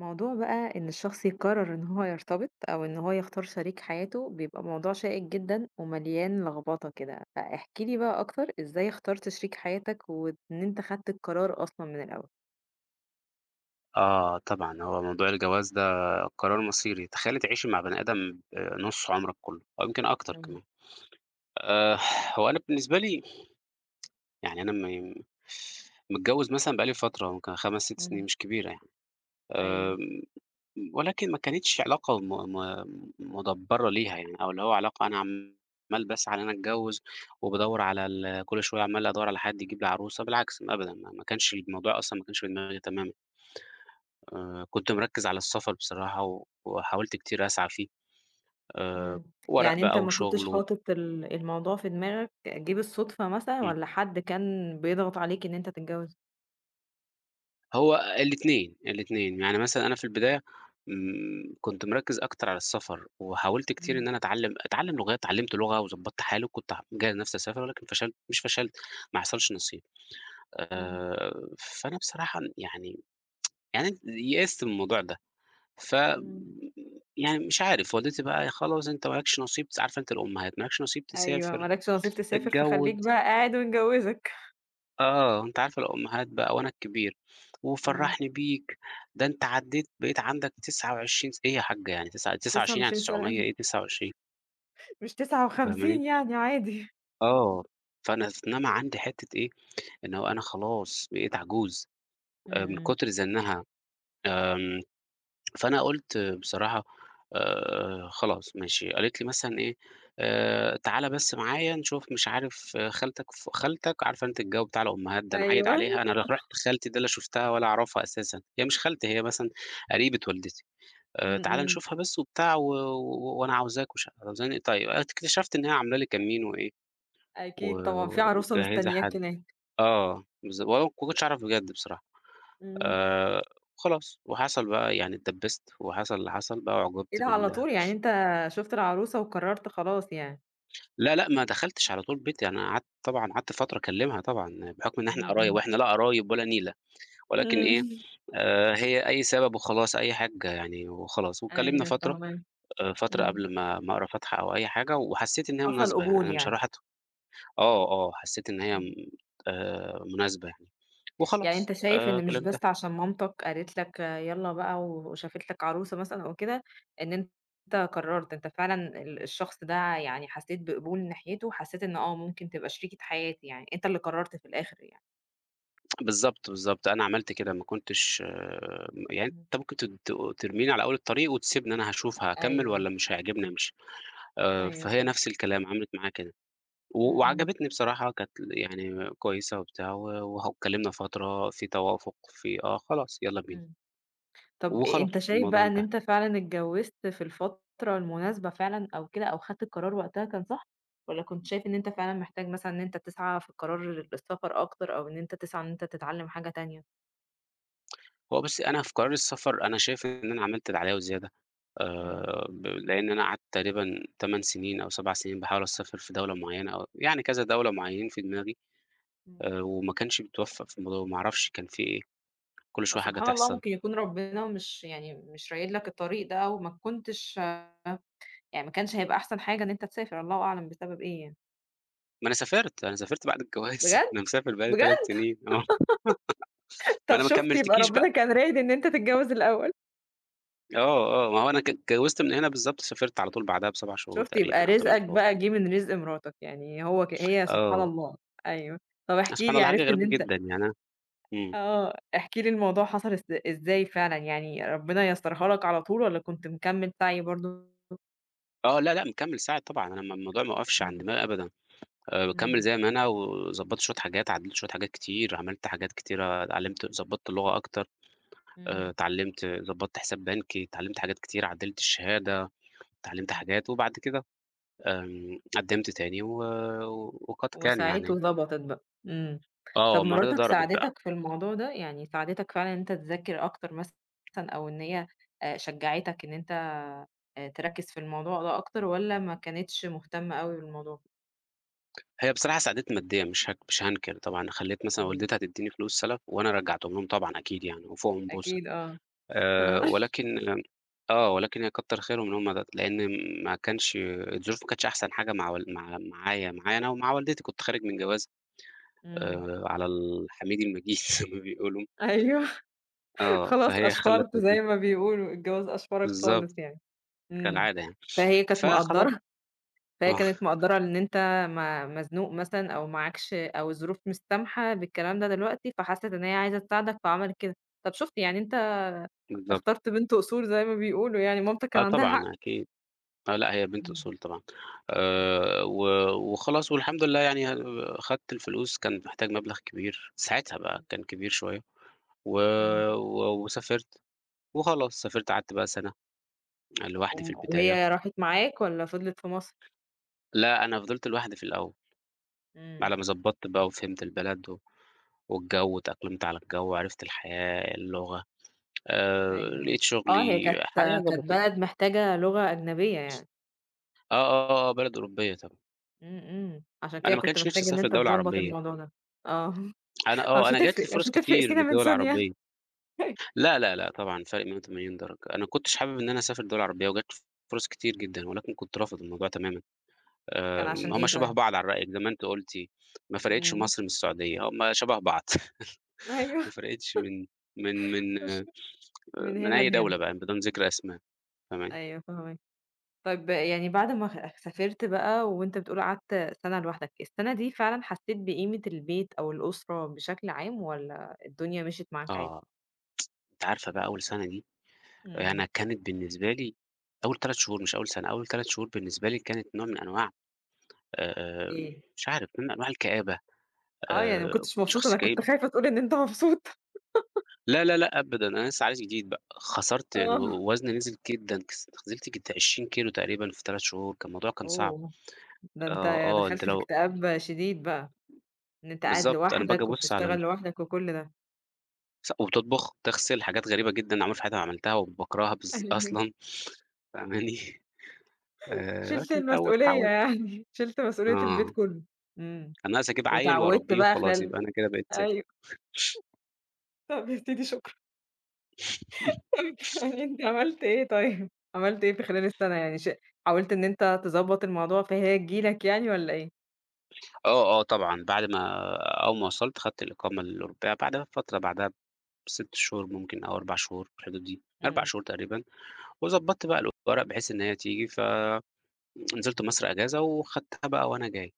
موضوع بقى إن الشخص يقرر إن هو يرتبط أو إن هو يختار شريك حياته بيبقى موضوع شائك جدًا ومليان لخبطة كده، فاحكِ لي بقى أكتر إزاي اخترت شريك حياتك وإن أنت خدت القرار أصلًا من الأول؟ آه طبعًا، هو موضوع الجواز ده قرار مصيري، تخيّلي تعيشي مع بني آدم نُص عمرك كُلّه أو يمكن أكتر إمم، كمان. آآ هو أنا بالنسبة لي يعني أنا متجوّز مثلًا بقى لي فترة ممكن 5، 6 سنين إمم، مش كبيرة يعني، أيوه، آمم ولكن ما كانتش علاقة م م مُدبّرة ليها يعني أو اللي هو علاقة أنا عمّال باسعى إن أنا أتجوّز وبادوّر على كل شوية عمّال أدوّر على حد يجيب لي عروسة، بالعكس أبدًا، ما كانش الموضوع أصلًا ما كانش في دماغي تمامًا. كنت مركّز على السفر بصراحة و وحاولت كتير أسعى فيه، آآ إمم. ورق يعني أنت بقى ما كنتش وشغل و حاطط ال الموضوع في دماغك جِه بالصدفة مثلًا إمم، والّا حد كان بيضغط عليك إن أنت تتجوز؟ هو الاتنين، الاتنين، يعني مثلًا أنا في البداية إمم، كنت مركّز أكتر على السفر، وحاولت كتير إمم، إن أنا أتعلّم لغات، اتعلّمت لغة وضبّطت حالي وكنت جاهز نفسي أسافر ولكن مش فشلت، ما حصلش نصيب، إمم، فأنا بصراحة يعني يئست من الموضوع ده، ف إمم. يعني مش عارف والدتي بقى خلاص أنت ما لكش نصيب عارفة أنت الأمهات ما لكش نصيب أيوه، تسافر، ما لكش نصيب تسافر فخليك تتجوّز بقى قاعد ومجوزك. آه، أنتِ عارفة الأمهات بقى وأنا الكبير، إمم. وفرّحني بيك، ده أنت عدّيت بقيت عندك 29 إيه يا حاجّة يعني تسعة 29 يعني 29 900 سنة إيه 29 مش فاهماني؟ 59 يعني عادي. آه، فأنا إنما عندي حتّة إيه، إن هو أنا خلاص بقيت عجوز إمم، من إمم. كتر زنّها، آمم فأنا قُلت بصراحة خلاص ماشي، قالت لي مثلًا إيه، تعالَ بس معايا نشوف مش عارف آه، خالتك عارفة أنتِ الجو بتاع الأمهات ده، نعيّد أيوه. عليها، أنا رُحت لخالتي دي لا شُفتها ولا أعرفها أساسًا، هي مش خالتي هي مثلًا قريبة والدتي، إمم، تعالَ إمم. نشوفها بس وبتاع و و وأنا عاوزاك ومش عاوزاني إيه، طيب اكتشفت إن هي عاملة لي كمين وإيه، و أكيد طبعًا في عروسة ومجهّزة مستنياك حد. هناك. آه وأنا ما كنتش أعرف بجد بصراحة. إمم. آآ خلاص، وحصل بقى يعني اتدبّست، وحصل اللي حصل بقى إيه وعوجبت ده على بال طول، يعني أنت شُفت العروسة وقررت خلاص يعني؟ لا، لأ، ما دخلتش على طول بيتي، أنا قعدت طبعًا قعدت فترة أكلمها طبعًا، بحكم إن إحنا إمم، قرايب، إمم. وإحنا لا قرايب ولا نيلة، ولكن إمم. إيه، هي أي سبب وخلاص، أي حاجة يعني وخلاص، واتكلمنا أيوه فترة، فاهماك. فترة إمم. قبل ما أقرا فاتحة أو أي حاجة، وحسيت إن هي حصل مناسبة يعني، قبول أنا مش يعني. هاروح أت آه، آه، حسيت إن هي م إمم. مناسبة يعني، يعني أنت وخلاص، شايف إن مش كلمتها بس عشان مامتك قالت لك يالّا بقى وشافت لك عروسة مثلًا أو كده، إن أنت قررت، أنت فعلًا ال الشخص ده يعني حسيت بقبول ناحيته، وحسيت إن آه ممكن تبقى شريكة حياتي يعني، أنت اللي قررت في الآخر يعني. بالضبط، بالضبط، أنا عملت كده ما كنتش م يعني إمم. أنت ممكن ت ت ترميني على أول الطريق وتسيبني أنا هاشوف هاكمّل أيوه، والّا مش هيعجبني أمشي، أيوه فهي فاهمة. نفس الكلام عملت معايا كده، إمم، و إمم، وعجبتني بصراحة كانت يعني كويسة وبتاع و اتكلمنا فترة في توافق في آه، خلاص يالّا بينا، إمم. طب وخلاص أنت شايف الموضوع بقى إن انتهى، أنت فعلًا اتجوّزت في الفترة المناسبة فعلًا أو كده، أو خدت القرار وقتها كان صح، والّا كنت شايف إن أنت فعلًا محتاج مثلًا إن أنت تسعى في القرار للسفر أكتر، أو إن أنت تسعى إن أنت تتعلم حاجة تانية؟ هو بس أنا في قرار السفر أنا شايف إن أنا عملت اللي عليَّ وزيادة، إمم، ب لإن أنا قعدت تقريبًا 8 سنين أو 7 سنين باحاول أسافر في دولة معينة أو يعني كذا دولة معينين في دماغي. إمم. وما كانش بيتوفّق في الموضوع ما أعرفش كان في إيه، كل هو شوية حاجة سبحان الله تحصل. ممكن يكون ربنا مش يعني مش رايد لك الطريق ده، وما كنتش يعني ما كانش هيبقى أحسن حاجة إن أنت تسافر، الله أعلم بسبب إيه يعني. ما أنا سافرت، أنا سافرت بعد الجواز. بجد؟ أنا مسافر بقى لي 3 بجد! سنين آه، ما طب أنا ما شُفت يبقى كمّلتكيش بقى، ربنا كان رايد إن أنت تتجوّز الأول. آه، آه، ما هو أنا ك اتجوّزت من هنا بالضبط سافرت على طول بعدها ب7 شهور شُفت، يبقى تقريبًا أو 8 رزقك شهور. بقى جِه من رزق مراتك، يعني هو هي سبحان آه، الله، أيوه. طَب احكِ سبحان لي الله حاجة عرفت إن غريبة أنت جدًا يعني أنا إمم. احكِ لي الموضوع حصل إزاي فعلًا، يعني ربنا يَسّرها لك على طول والّا كنت مكمّل سعي برضه؟ آه، لأ، لأ، مكمّل ساعد طبعًا، أنا م الموضوع ما وقفش عند إمم، دماغي أبدًا، باكمّل إمم، زي ما أنا وضبّطت شوية حاجات، عدّلت شوية حاجات كتير، عملت حاجات كتيرة، اتعلّمت ضبّطت اللغة أكتر، إمم، اتعلّمت ضبّطت حساب بنكي، اتعلّمت حاجات كتير، عدّلت الشهادة. اتعلّمت إمم. حاجات وبعد كده قدّمت تاني و وقد كان وسعيت يعني. وضبطت بقى، إمم. آه، طَب المَرّة دي مراتك ضربت بقى. ساعدتك في الموضوع ده، يعني ساعدتك فعلًا إن أنت تذاكر أكتر مثلًا أو إن هي شجّعتك إن أنت تركّز في الموضوع ده أكتر والّا ما كانتش مهتمة أوي بالموضوع؟ هي بصراحة ساعدتني ماديًا مش هاك مش هانكر طبعًا، خلّيت مثلًا إمم، والدتي هتدّيني فلوس سَلَف وأنا رجّعتهم لهم طبعًا أكيد يعني وفوقهم بوسة. أكيد، آه. آه. ولكن آه، ولكن هي كتّر خيرهم إن هم د لإن ما كانش الظروف ما كانتش أحسن حاجة مع معايا أنا ومع والدتي، كنت خارج من جواز إمم. على الحميد المجيد زي ما بيقولوا. أيوه. آه، خلاص فهي خلّت أشفرت زي ما بيقولوا، الجواز أشفرك خالص بالضبط، يعني. إمم. كالعادة يعني. فهي كانت فخلاص مقدّرة فهي آه. كانت مقدّرة إن أنت م مزنوق مثلًا أو معاكش أو الظروف مش سامحة بالكلام ده دلوقتي، فحَسِت إن هي عايزة تساعدك فعملت كده. طب شُفت يعني أنت بالضبط. اخترت بنت أصول زي ما بيقولوا يعني، مامتك كان آه عندها طبعًا حق. أكيد. آه لأ هي بنت إمم، أصول طبعًا. إمم، و وخلاص والحمد لله يعني ه خدت الفلوس، كان محتاج مبلغ كبير، ساعتها بقى إمم، كان كبير شوية و إمم. و وسافرت وخلاص، سافرت قعدت بقى سَنة لوحدي في وهي البداية. راحت معاك والّا فضلت في مصر؟ لأ أنا فضلت لوحدي في الأول، إمم، على ما ضبطت بقى وفهمت البلد و والجو واتأقلمت على الجو، عرفت الحياة، اللغة، أيوه. لقيت آه، هي شغلي، كانت الحياة كانت ضبطت. بلد محتاجة لغة أجنبية يعني. آه، آه، آه، آه، بلد أوروبية طبعًا. إمم، إمم، عشان أنا كده ما كنت كانش نِفْسي محتاج إن أسافر أنت دولة تضبّط عربية. الموضوع ده. آه، أنا آه، مش أنا جات لي هتفرق مش فرص هتفرق كتير سينا من للدول سونيا العربية. لا، لا، لأ طبعًا فرق 180 درجة. أنا ما كنتش حابب إن أنا أسافر دول عربية وجات لي فرص كتير جدًا، ولكن كنت رافض الموضوع تمامًا. كان عشان هم إيه شبه طيب؟ بعض على رأيِك زي ما أنتِ قلتِ، ما فرقتش إمم، مصر من السعودية، هم شبه بعض. ما أيوه فرقتش من من من مش آآ، من من هنا أي لهنا، دولة بقى بدون ذكر أسماء، فاهماني؟ أيوه فاهماك. طيب يعني بعد ما سافرت بقى وأنت بتقول قعدت سَنة لوحدك، السَنة دي فعلًا حسيت بقيمة البيت أو الأسرة بشكل عام والّا الدنيا مشيت معاك عادي؟ آه، أنتِ عارفة بقى أول سنة دي، إمم، أنا كانت بالنسبة لي أول 3 شهور مش أول سنة، أول 3 شهور بالنسبة لي كانت نوع من أنواع آآ، إيه؟ مش عارف، نوع من أنواع الكآبة. آه، يعني ما آآ كنتش كنت مبسوط، شخص أنا كنت كئيب خايفة تقول إن أنت مبسوط. لا، لا، لأ أبدًا، أنا لسه عايز جديد بقى، خسرت يعني آه، و وزني نزل جدًا، نزلت 20 كيلو تقريبًا في 3 شهور، الموضوع كان صعب. أوه! ده آه، أنت آه، أنت دخلت في لو اكتئاب شديد بقى. إن أنت قاعد بالضبط، أنا باجي لوحدك أبُص على وبتشتغل ال لوحدك وكل ده. ص وبتطبخ، تغسل، حاجات غريبة جدًا عمري في حياتي ما عملتها وباكرهها بالذ أيوه. أصلًا، فاهماني؟ شِلت لكن اتعوّدت، المسؤولية اتعوّدت. يعني، شِلت مسؤولية البيت آه، كلّه. إمم. كان ناقص أجيب عيّل واتعودت وأربيه بقى وخلاص خلال يبقى أنا كده بقيت ست. أيوه. طب ابتدي شكرًا. طيب يعني أنت عملت إيه طيب؟ عملت إيه في خلال السنة يعني حاولت إن أنت تضبّط الموضوع فهي تيجي لك يعني والّا إيه؟ آه، آه طبعًا، بعد ما أول ما وصلت خدت الإقامة الأوروبية، بعدها بفترة، بعدها 6 شهور ممكن أو 4 شهور في الحدود دي، 4 إمم. شهور تقريبًا، وضبّطت بقى الورق بحيث إن هي تيجي، فنزلت مصر أجازة وخدتها بقى وأنا جاي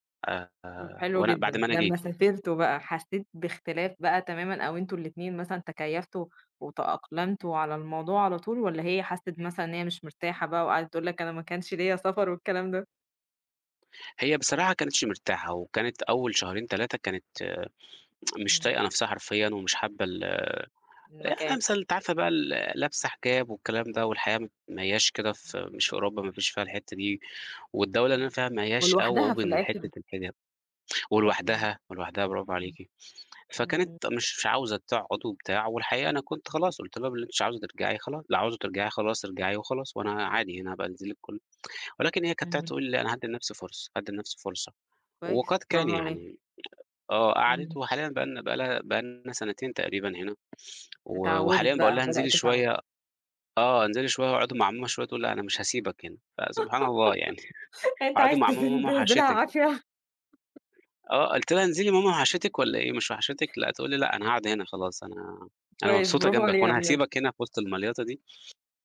طب حلو وأنا بعد جدًا، ما أنا لمّا جيت يعني. سافرتوا بقى حسيت باختلاف بقى تمامًا أو أنتم الاتنين مثلًا تكيّفتوا وتأقلمتوا على الموضوع على طول والّا هي حست مثلًا إن هي مش مرتاحة بقى وقعدت تقول لك أنا ما كانش ليّا سفر والكلام ده؟ هي بصراحة كانتش مرتاحة وكانت أول شهرين 3 كانت آه، مش إمم. طايقة نفسها حرفيًا ومش حابة ال يعني أنا المكان. مثلًا أنتِ عارفة بقى لابسة حجاب والكلام ده والحياة ما هياش كده في مش في أوروبا ما فيش فيها الحتّة دي، والدولة اللي أنا إمم. فيها ما هياش أوي ولوحدها open في لحتّة الآخر. الحجاب إمم، ولوحدها، ولوحدها برافو إمم. عليكِ. إمم، فكانت إمم. مش عاوزة تقعد وبتاع، والحقيقة أنا كنت خلاص قُلت لها: "باللي أنتِ مش عاوزة ترجعي خلا لو عاوزة ترجعي خلاص ارجعي وخلاص، وأنا عادي أنا هابقى أنزل لِك كل." ولكن هي كانت بتقعد إمم، تقول لي: "أنا هادّي لنفسي فرصة، هادّي لنفسي فرصة." كويس، وقد كان برافو عليها. يعني. آه، إمم، قعدت وحاليًا بقى لنا بقى لها بقى لنا سنتين تقريبًا هنا، و اتعوّدت وحاليًا باقول لها: بقى، "انزلي بدأت تتعوّد. شوية." آه، "انزلي شوية واقعدي مع ماما شوية." تقول: "لأ، أنا مش هاسيبك هنا." فسبحان الله يعني. أنت اقعدي عايز مع ماما، ماما تنزلها وحشتِك. عافية، آه، قُلت لها: "انزلي ماما وحشتِك والّا إيه، مش وحشتِك؟" لأ، تقول لي: "لأ، أنا هاقعد هنا خلاص، أنا أنا كويس مبسوطة برافو جنبك عليها وأنا بجد. هاسيبك هنا في وسط المليطة دي."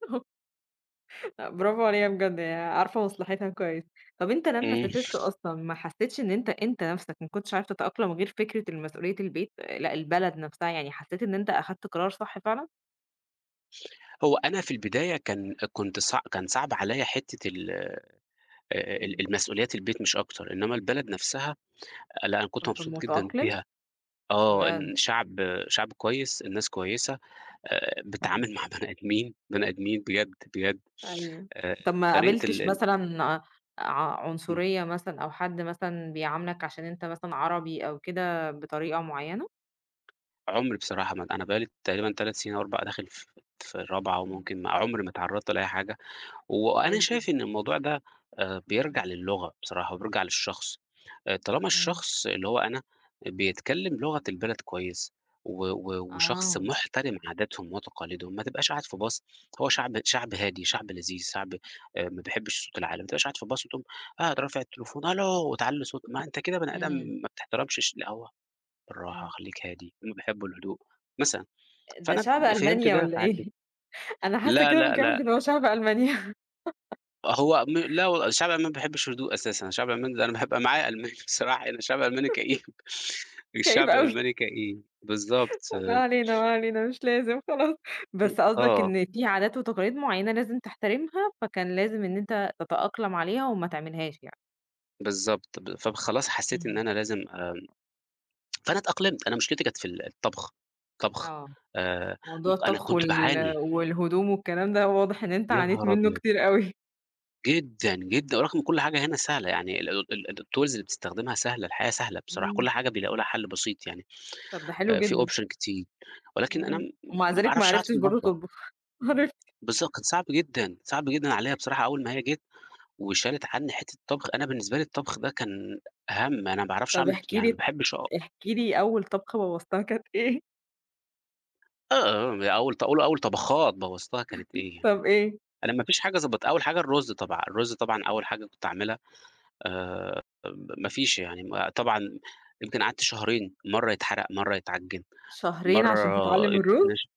لأ، برافو عليها بجد، هي عارفة مصلحتها كويس. طب أنت لمّا إمم، سافرت أصلًا ما حسيتش إن أنت نَفْسك ما كنتش عارف تتأقلم غير فكرة المسؤولية البيت، لأ البلد نَفْسها، يعني حسيت إن أنت أخدت قرار صح فعلًا؟ هو أنا في البداية كان كنت صع كان صعب عليَّ حتّة ال إمم. المسؤوليات البيت مش أكتر، إنّما البلد نفسها لأ، أنا كنت كنت مبسوط جدًا متأقلم؟ فيها. آه، بجد؟ إن شعب كويس، الناس كويسة، إمم. بتتعامل مع بني آدمين، بني آدمين بجد، بجد، أيوه. آآ، طب ما طريقة ال قابلتش ال مثلًا إمم. عنصرية مثلًا أو حد مثلًا بيعاملك عشان أنت مثلًا عربي أو كده بطريقة معيّنة؟ عُمْر بصراحة ما أنا بقى لي تقريبًا 3 سنين أو 4 داخل في الرابعة إمم. وممكن ما عُمْري ما اتعرّضت لأي حاجة، وأنا كويس جدًا. شايف إن الموضوع ده بيرجع إمم. للغة بصراحة وبيرجع للشخص، طالما إمم. الشخص اللي هو أنا بيتكلّم لغة البلد كويس و و وشخص آه. محترم عاداتهم وتقاليدهم، ما تبقاش قاعد في باص هو شعب هادي، شعب لذيذ، شعب ما بيحبّش صوت العالي، ما تبقاش قاعد في باص وتقوم قاعد رافع التليفون ألو وتعلّي صوت ما أنت كده بني آدم إمم. ما بتحترمش ش اللي هو بالراحة، إمم. خلّيك هادي، هم بيحبّوا الهدوء مثلًا، ده فأنا شعب فهمت ألمانيا ده والّا فعدّيت إيه؟ أنا حاسة لا، كده من لا، لأ، كلامِك إن هو شعب ألمانيا هو م لا والله الشعب الألماني ما بيحبّش هدوء أساسًا، الشعب الألماني ده أنا بابقى معايا ألماني بصراحة هنا، الشعب الألماني كئيب. كئيب الشعب أوي. الألماني كئيب، بالضبط، ما علينا، ما علينا مش لازم خلاص. م بس قصدك آه، إن في عادات وتقاليد معيّنة لازم تحترمها، فكان لازم إن أنت تتأقلم عليها وما تعملهاش يعني. بالضبط، فخلاص حسّيت إن إمم. أنا لازم فأنا اتأقلمت، أنا مشكلتي كانت في الطبخ، طبخ آه. آآ، موضوع أنا الطبخ كنت باعاني، والهدوم والكلام ده واضح إن أنت يا عانيت نهار منّه أبيض! كتير أوي. جدًا، جدًا، ورغم كل حاجة هنا سهلة يعني ال ال ال الtools اللي بتستخدمها سهلة، الحياة سهلة بصراحة، إمم. كل حاجة بيلاقوا لها حل بسيط يعني، طب ده حلو في جدًا. option كتير، ولكن أنا إمم. م ومع ما ذلك ما باعرفش أقعد في عرفتش برضه المطبخ، تطبخ. عرفت. بالضبط كان صعب جدًا، صعب جدًا عليّا بصراحة أول ما هي جِت وشالت عني حتّة الطبخ، أنا بالنسبة لي الطبخ ده كان هَم، أنا ما باعرفش طب أعمل يعني ما باحبش أ احكِ لي أول طبخة بوّظتها كانت إيه؟ آه، آه، أول ط أول أول طبخات بوّظتها كانت إيه يعني، طب إيه؟ أنا ما فيش حاجة ضبط أول حاجة الرُز طبعًا، الرُز طبعًا أول حاجة كنت أعملها آآ ب ما فيش يعني ما طبعًا يمكن قعدت شهرين، مرّة يتحرق، مرّة يتعجِّن، شهرين مرّة عشان تتعلم يبقى الرُّز؟ ناشف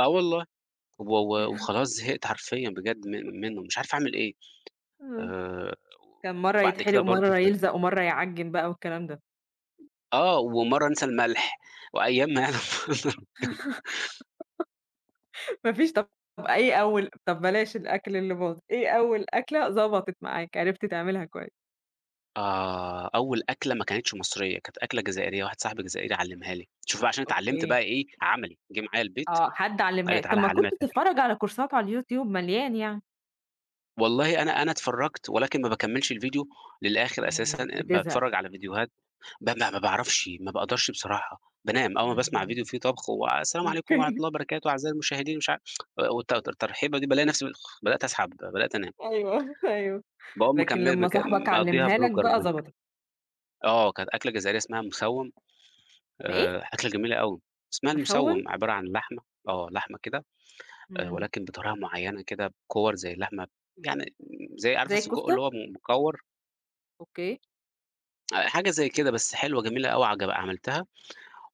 آه والله، و و وخلاص زهقت حرفيًا بجد من منّه، مش عارف أعمل إيه، آه. آآ كان مرّة وبعد كده يتحرق برضه ومرّة ف يلزق ومرّة يعجِّن بقى والكلام ده. آه، ومرّة أنسى الملح، وأيام ما يعلم. ما فيش طب إيه أول بلاش الأكل اللي باظ، إيه أول أكلة ضبطت معاك، عرفت تعملها كويس؟ آه، أول أكلة ما كانتش مصرية، كانت أكلة جزائرية، واحد صاحبي جزائري علّمها لي، شوف بقى عشان اتعلّمت بقى أوكي. إيه عملي، جِه معايا البيت آه، حد قال علّمها لي: لِك. "تعالَ طب ما هاعلّمك كنت أكلة." بتتفرّج على كورسات على اليوتيوب مليان يعني. والله أنا اتفرّجت ولكن ما باكمّلش الفيديو للآخر أساسًا، إمم. بتزهق. باتفرّج على فيديوهات ب ما ما باعرفش، ما باقدرش بصراحة، بانام أول ما باسمع اهم. فيديو فيه طبخ والسلام عليكم ورحمة ممكن. الله وبركاته أعزائي المشاهدين مش عارف الترحيبة دي بالاقي نفسي بدأت أسحب، بدأت أنام، أيوه، أيوه. باقوم لكن مكمّل لمّا مك صاحبك مقضّيها علّمها لك برجر بقى برج ضبطت. آه، كانت أكلة جزائرية اسمها مسوّم ما إيه؟ أكلة جميلة أوي، اسمها مخوّن؟ المسوّم عبارة عن لحمة آه، لحمة كده إمم. ولكن بطريقة معيّنة كده بكوَر زي اللحمة يعني زي عارفة زي السجق الكفتة؟ اللي هو مكوَر؟ أوكي. حاجة زي كده، بس حلوة جميلة أوي عملتها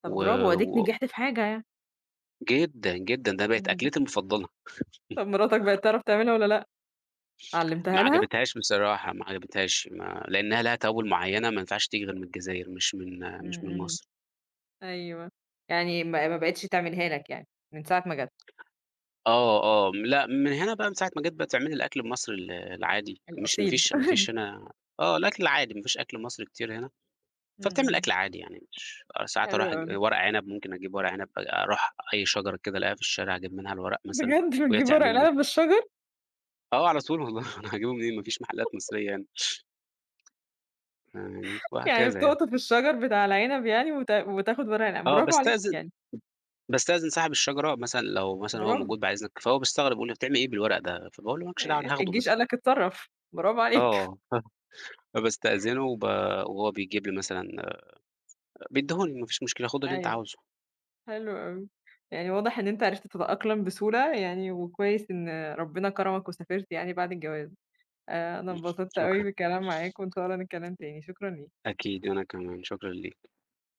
طب و برافو، أديك و نجحت في حاجة يعني. جدًا، جدًا، ده بقت إمم. أكلتي المفضلة، طب مراتك بقت تعرف تعملها والّا لأ؟ ما علّمتها لها؟ عجبتهاش بصراحة، ما عجبتهاش ما لإنها لها توابل معيّنة ما ينفعش تيجي غير من الجزاير مش من إمم، مش من إمم، مصر. أيوه، يعني ما بقِتش تعملها لك يعني، من ساعة ما جات. آه، آه، لأ من هنا بقى من ساعة ما جيت بتعملي الأكل المصري العادي، مش ما الأصيل. فيش ما فيش هنا آه، الأكل العادي ما فيش أكل مصري كتير هنا، إمم، فبتعمل إمم، أكل عادي يعني مش ساعات حلو أروح أج أوي، ورق عنب ممكن أجيب ورق عنب أروح أي شجرة كده ألاقيها في الشارع أجيب منها الورق مثلًا بجد وهي بتجيب ورق تعمل لي العنب بالشجر؟ آه، على طول والله. أنا هاجيبه منين ما فيش محلات مصرية هنا، يعني يعني وهكذا يعني. بتقطف الشجر بتاع العنب يعني وتاخد ورق العنب، آه، برافو عليك باستأذن يعني، باستأذن صاحب الشجرة مثلًا لو مثلًا هو برافو، موجود بعد إذنك، فهو بيستغرب يقول لي: "بتعمل إيه بالورق ده؟" فباقول له: "ما لكش دعوة أنا هاخده الجيش بس." قال لك اتصرّف، برافو عليك. آه. فباستأذنه وهو بيجيب لي مثلًا بيديهوني ما فيش مشكلة، خُد اللي أنت أيوه، عاوزه. حلو أوي، يعني واضح إن أنت عرفت تتأقلم بسهولة يعني، وكويس إن ربنا كرمك وسافرت يعني بعد الجواز. أنا انبسطت أوي شكرًا. بالكلام معاك، وإن شاء الله نتكلم تاني، شكرًا ليك. أكيد، وأنا كمان شكرًا ليك.